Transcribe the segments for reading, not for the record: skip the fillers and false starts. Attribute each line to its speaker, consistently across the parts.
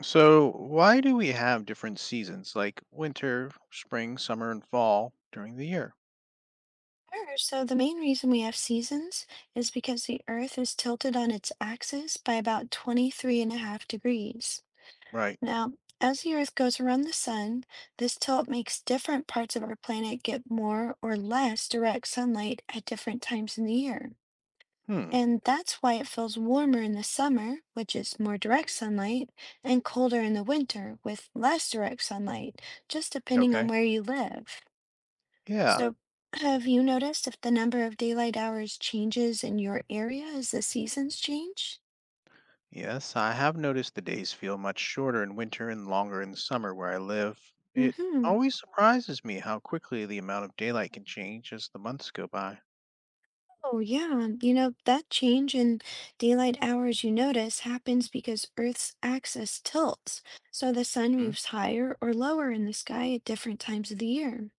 Speaker 1: So, why do we have different seasons like winter, spring, summer, and fall during the year?
Speaker 2: Sure. So the main reason we have seasons is because the Earth is tilted on its axis by about 23.5 degrees.
Speaker 1: Right.
Speaker 2: Now, as the Earth goes around the sun, this tilt makes different parts of our planet get more or less direct sunlight at different times in the year.
Speaker 1: Hmm.
Speaker 2: And that's why it feels warmer in the summer, which is more direct sunlight, and colder in the winter with less direct sunlight, just depending on
Speaker 1: Okay.
Speaker 2: where you live.
Speaker 1: Yeah.
Speaker 2: So, have you noticed if the number of daylight hours changes in your area as the seasons change?
Speaker 1: Yes, I have noticed the days feel much shorter in winter and longer in the summer where I live. It
Speaker 2: Mm-hmm.
Speaker 1: always surprises me how quickly the amount of daylight can change as the months go by.
Speaker 2: Oh, yeah. That change in daylight hours you notice happens because Earth's axis tilts, so the sun
Speaker 1: Hmm.
Speaker 2: moves higher or lower in the sky at different times of the year.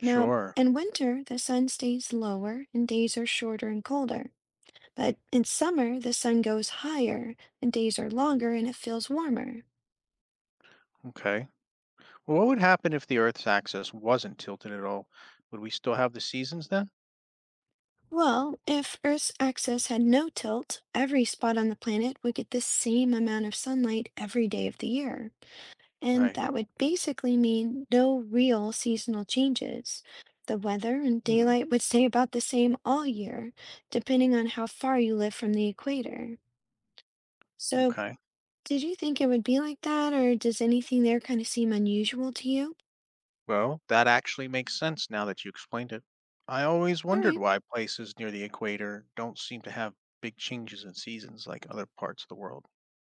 Speaker 2: Now,
Speaker 1: Sure.
Speaker 2: in winter, the sun stays lower and days are shorter and colder. But in summer, the sun goes higher and days are longer and it feels warmer.
Speaker 1: Okay. Well, what would happen if the Earth's axis wasn't tilted at all? Would we still have the seasons then?
Speaker 2: Well, if Earth's axis had no tilt, every spot on the planet would get the same amount of sunlight every day of the year. And
Speaker 1: Right.
Speaker 2: that would basically mean no real seasonal changes. The weather and
Speaker 1: Hmm.
Speaker 2: daylight would stay about the same all year, depending on how far you live from the equator. So,
Speaker 1: Okay.
Speaker 2: did you think it would be like that, or does anything there kind of seem unusual to you?
Speaker 1: Well, that actually makes sense now that you explained it. I always
Speaker 2: All
Speaker 1: wondered
Speaker 2: right.
Speaker 1: why places near the equator don't seem to have big changes in seasons like other parts of the world.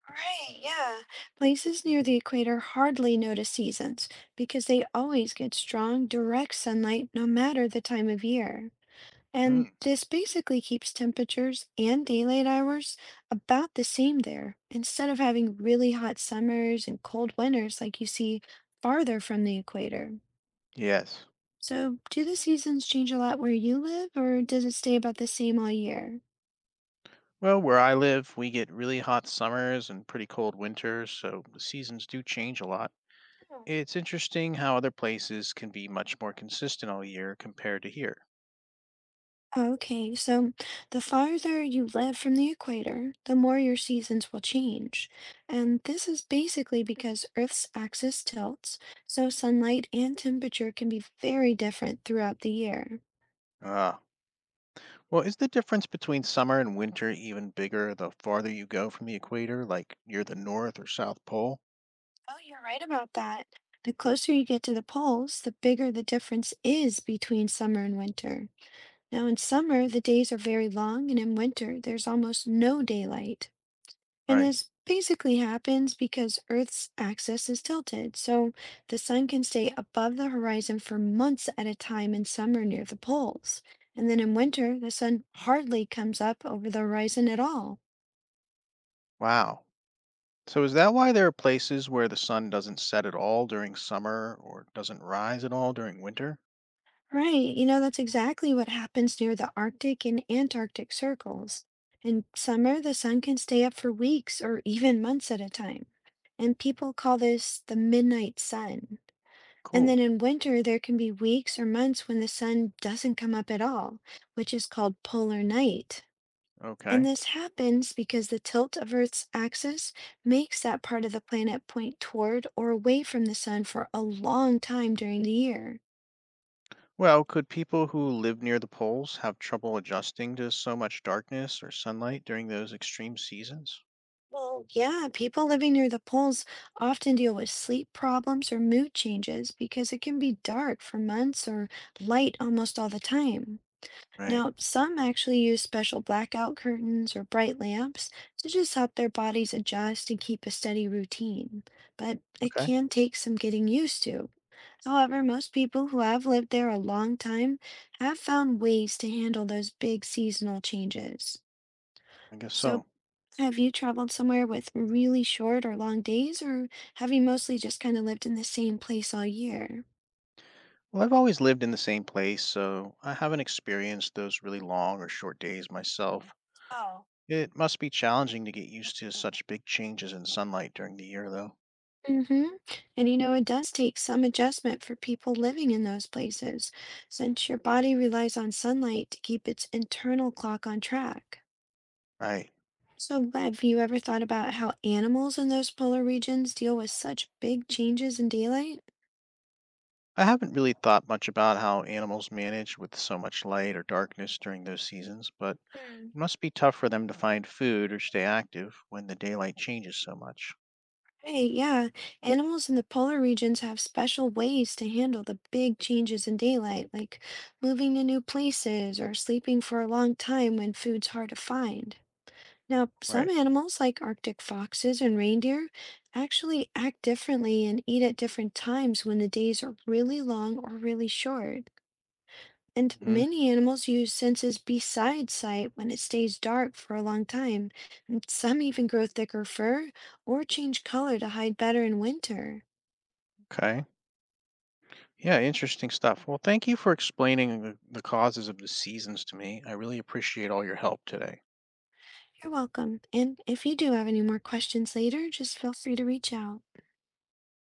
Speaker 2: Right, yeah. Places near the equator hardly notice seasons because they always get strong, direct sunlight no matter the time of year.
Speaker 1: Hmm,
Speaker 2: And this basically keeps temperatures and daylight hours about the same there, instead of having really hot summers and cold winters like you see farther from the equator.
Speaker 1: yes.
Speaker 2: So, do the seasons change a lot where you live, or does it stay about the same all year?
Speaker 1: Well, where I live, we get really hot summers and pretty cold winters, so the seasons do change a lot. It's interesting how other places can be much more consistent all year compared to here.
Speaker 2: Okay, so the farther you live from the equator, the more your seasons will change. And this is basically because Earth's axis tilts, so sunlight and temperature can be very different throughout the year.
Speaker 1: Ah, well, is the difference between summer and winter even bigger the farther you go from the equator, like near the North or South Pole?
Speaker 2: Oh, you're right about that. The closer you get to the poles, the bigger the difference is between summer and winter. Now, in summer, the days are very long, and in winter, there's almost no daylight. And
Speaker 1: Right.
Speaker 2: this basically happens because Earth's axis is tilted, so the sun can stay above the horizon for months at a time in summer near the poles. And then in
Speaker 1: Mhm.
Speaker 2: winter, the sun hardly comes up over the horizon at all.
Speaker 1: Wow. So is that why there are places where the sun doesn't set at all during summer or doesn't rise at all during winter?
Speaker 2: Right, that's exactly what happens near the Arctic and Antarctic circles. In summer, the sun can stay up for weeks or even months at a time. And people call this the midnight sun. And then
Speaker 1: Cool.
Speaker 2: in winter, there can be weeks or months when the sun doesn't come up at all, which is called polar night. And
Speaker 1: Okay.
Speaker 2: this happens because the tilt of Earth's axis makes that part of the planet point toward or away from the sun for a long time during the year.
Speaker 1: Well, could people who live near the poles have trouble adjusting to so much darkness or sunlight during those extreme seasons?
Speaker 2: Well, yeah, people living near the poles often deal with sleep problems or mood changes because it can be dark for months or light almost all the time.
Speaker 1: Right.
Speaker 2: Now, some actually use special blackout curtains or bright lamps to just help their bodies adjust and keep a steady routine, but it
Speaker 1: Okay.
Speaker 2: can take some getting used to. However, most people who have lived there a long time have found ways to handle those big seasonal changes.
Speaker 1: I guess
Speaker 2: So,
Speaker 1: so.
Speaker 2: have you traveled somewhere with really short or long days, or have you mostly just kind of lived in the same place all year?
Speaker 1: Well, I've always lived in the same place, so I haven't experienced those really long or short days myself.
Speaker 2: Oh.
Speaker 1: It must be challenging to get used to such big changes in sunlight during the year, though.
Speaker 2: Hmm. And it does take some adjustment for people living in those places, since your body relies on sunlight to keep its internal clock on track.
Speaker 1: Right.
Speaker 2: So, have you ever thought about how animals in those polar regions deal with such big changes in daylight?
Speaker 1: I haven't really thought much about how animals manage with so much light or darkness during those seasons, but
Speaker 2: Hmm.
Speaker 1: it must be tough for them to find food or stay active when the daylight changes so much.
Speaker 2: Hey, yeah, animals in the polar regions have special ways to handle the big changes in daylight, like moving to new places or sleeping for a long time when food's hard to find. Now, some
Speaker 1: Right.
Speaker 2: animals, like Arctic foxes and reindeer, actually act differently and eat at different times when the days are really long or really short. And
Speaker 1: Hmm.
Speaker 2: many animals use senses besides sight when it stays dark for a long time. And some even grow thicker fur or change color to hide better in winter.
Speaker 1: Okay. Yeah, interesting stuff. Well, thank you for explaining the causes of the seasons to me. I really appreciate all your help today.
Speaker 2: You're welcome. And if you do have any more questions later, just feel free to reach out.